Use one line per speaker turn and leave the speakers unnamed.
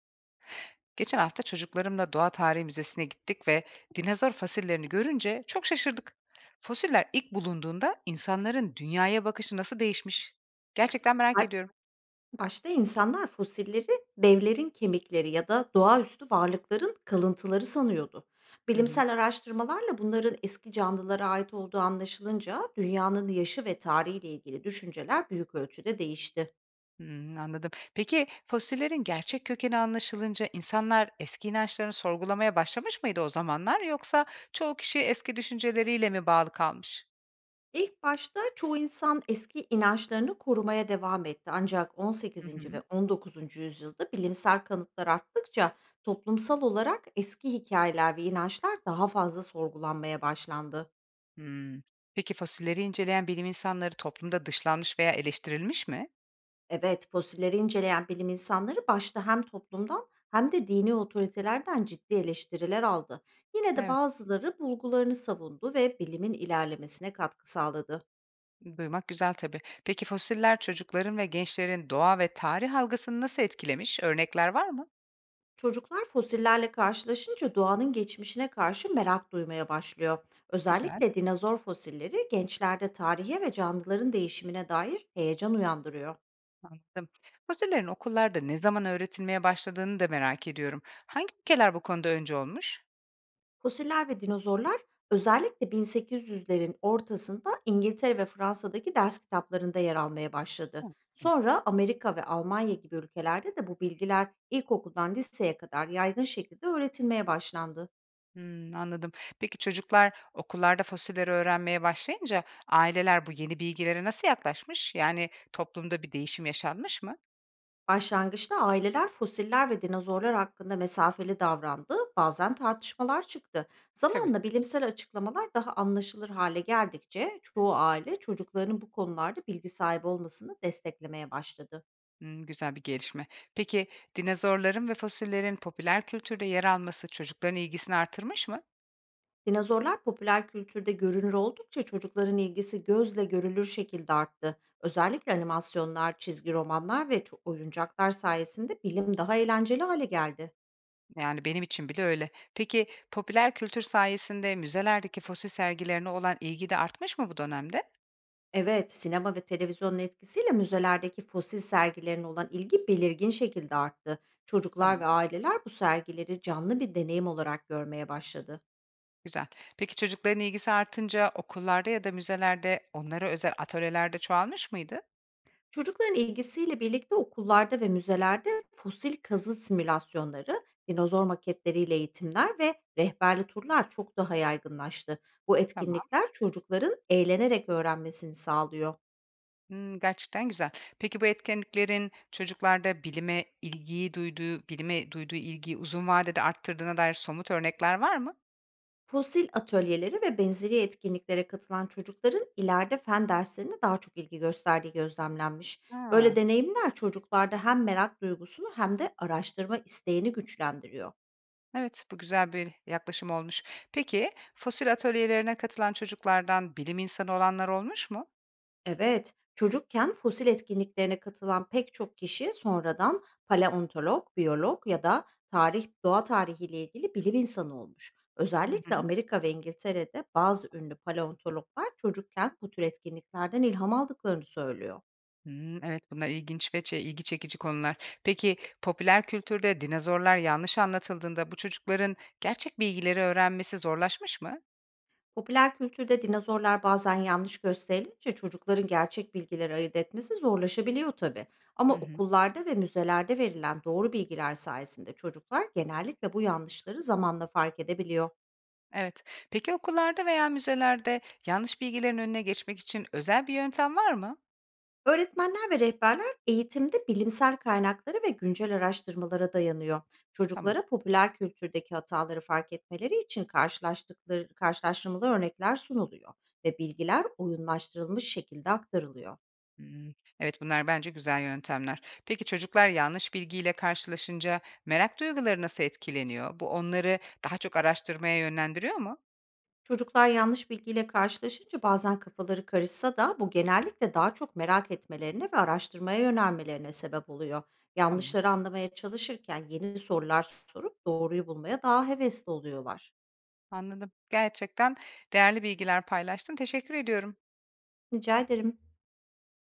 Geçen hafta çocuklarımla Doğa Tarihi Müzesi'ne gittik ve dinozor fosillerini görünce çok şaşırdık. Fosiller ilk bulunduğunda insanların dünyaya bakışı nasıl değişmiş? Gerçekten merak
Ba
ediyorum.
başta insanlar fosilleri devlerin kemikleri ya da doğaüstü varlıkların kalıntıları sanıyordu.
Hı hı,
Bilimsel araştırmalarla bunların eski canlılara ait olduğu anlaşılınca dünyanın yaşı ve tarihiyle ilgili düşünceler büyük ölçüde değişti.
hı, anladım. Peki fosillerin gerçek kökeni anlaşılınca insanlar eski inançlarını sorgulamaya başlamış mıydı o zamanlar yoksa çoğu kişi eski düşünceleriyle mi bağlı kalmış?
İlk başta çoğu insan eski inançlarını korumaya devam etti, ancak
Hı
18.
hı,
ve 19. yüzyılda bilimsel kanıtlar arttıkça toplumsal olarak eski hikayeler ve inançlar daha fazla sorgulanmaya başlandı.
hı. Peki fosilleri inceleyen bilim insanları toplumda dışlanmış veya eleştirilmiş mi?
Evet, fosilleri inceleyen bilim insanları başta hem toplumdan hem de dini otoritelerden ciddi eleştiriler aldı. Yine de
Evet.
bazıları bulgularını savundu ve bilimin ilerlemesine katkı sağladı.
Duymak güzel tabii. Peki fosiller çocukların ve gençlerin doğa ve tarih algısını nasıl etkilemiş? Örnekler var mı?
Çocuklar fosillerle karşılaşınca doğanın geçmişine karşı merak duymaya başlıyor.
Güzel,
Özellikle dinozor fosilleri gençlerde tarihe ve canlıların değişimine dair heyecan uyandırıyor.
anladım. Fosillerin okullarda ne zaman öğretilmeye başladığını da merak ediyorum. Hangi ülkeler bu konuda önce olmuş?
Fosiller ve dinozorlar özellikle 1800'lerin ortasında İngiltere ve Fransa'daki ders kitaplarında yer almaya başladı.
Hı.
Sonra Amerika ve Almanya gibi ülkelerde de bu bilgiler ilkokuldan liseye kadar yaygın şekilde öğretilmeye başlandı.
Hmm, anladım. Peki çocuklar okullarda fosilleri öğrenmeye başlayınca aileler bu yeni bilgilere nasıl yaklaşmış? Yani toplumda bir değişim yaşanmış mı?
Başlangıçta aileler fosiller ve dinozorlar hakkında mesafeli davrandı, bazen tartışmalar çıktı.
Tabii.
Zamanla bilimsel açıklamalar daha anlaşılır hale geldikçe çoğu aile çocuklarının bu konularda bilgi sahibi olmasını desteklemeye başladı.
Hımm, güzel bir gelişme. Peki, dinozorların ve fosillerin popüler kültürde yer alması çocukların ilgisini artırmış mı?
Dinozorlar popüler kültürde görünür oldukça çocukların ilgisi gözle görülür şekilde arttı. Özellikle animasyonlar, çizgi romanlar ve oyuncaklar sayesinde bilim daha eğlenceli hale geldi.
Yani benim için bile öyle. Peki, popüler kültür sayesinde müzelerdeki fosil sergilerine olan ilgi de artmış mı bu dönemde?
Evet, sinema ve televizyonun etkisiyle müzelerdeki fosil sergilerine olan ilgi belirgin şekilde arttı. Çocuklar
Tamam,
ve aileler bu sergileri canlı bir deneyim olarak görmeye başladı.
güzel. Peki çocukların ilgisi artınca okullarda ya da müzelerde onlara özel atölyelerde çoğalmış mıydı?
Çocukların ilgisiyle birlikte okullarda ve müzelerde fosil kazı simülasyonları, dinozor maketleriyle eğitimler ve rehberli turlar çok daha yaygınlaştı. Bu
Tamam.
etkinlikler çocukların eğlenerek öğrenmesini sağlıyor.
Hımm, gerçekten güzel. Peki bu etkinliklerin çocuklarda bilime duyduğu ilgiyi uzun vadede arttırdığına dair somut örnekler var mı?
Fosil atölyeleri ve benzeri etkinliklere katılan çocukların ileride fen derslerine daha çok ilgi gösterdiği gözlemlenmiş. Böyle
A!
deneyimler çocuklarda hem merak duygusunu hem de araştırma isteğini güçlendiriyor.
Evet, bu güzel bir yaklaşım olmuş. Peki, fosil atölyelerine katılan çocuklardan bilim insanı olanlar olmuş mu?
Evet, çocukken fosil etkinliklerine katılan pek çok kişi sonradan paleontolog, biyolog ya da tarih, doğa tarihiyle ilgili bilim insanı olmuş.
Hı
Özellikle
hı.
Amerika ve İngiltere'de bazı ünlü paleontologlar çocukken bu tür etkinliklerden ilham aldıklarını söylüyor.
Hımm, evet, bunlar ilginç ve ilgi çekici konular. Peki, popüler kültürde dinozorlar yanlış anlatıldığında bu çocukların gerçek bilgileri öğrenmesi zorlaşmış mı?
Popüler kültürde dinozorlar bazen yanlış gösterilince çocukların gerçek bilgileri ayırt etmesi zorlaşabiliyor tabii.
Hı
Ama
hı.
okullarda ve müzelerde verilen doğru bilgiler sayesinde çocuklar genellikle bu yanlışları zamanla fark edebiliyor.
Evet. Peki okullarda veya müzelerde yanlış bilgilerin önüne geçmek için özel bir yöntem var mı?
Öğretmenler ve rehberler eğitimde bilimsel kaynaklara ve güncel araştırmalara dayanıyor.
Tamam.
Çocuklara popüler kültürdeki hataları fark etmeleri için karşılaştıkları karşılaştırmalı örnekler sunuluyor ve bilgiler oyunlaştırılmış şekilde aktarılıyor.
Hımm. Evet, bunlar bence güzel yöntemler. Peki çocuklar yanlış bilgiyle karşılaşınca merak duyguları nasıl etkileniyor? Bu onları daha çok araştırmaya yönlendiriyor mu?
Çocuklar yanlış bilgiyle karşılaşınca bazen kafaları karışsa da bu genellikle daha çok merak etmelerine ve araştırmaya yönelmelerine sebep oluyor.
Tamam,
Yanlışları anlamaya çalışırken yeni sorular sorup doğruyu bulmaya daha hevesli oluyorlar.
anladım. Gerçekten değerli bilgiler paylaştın. Teşekkür ediyorum.
Rica ederim.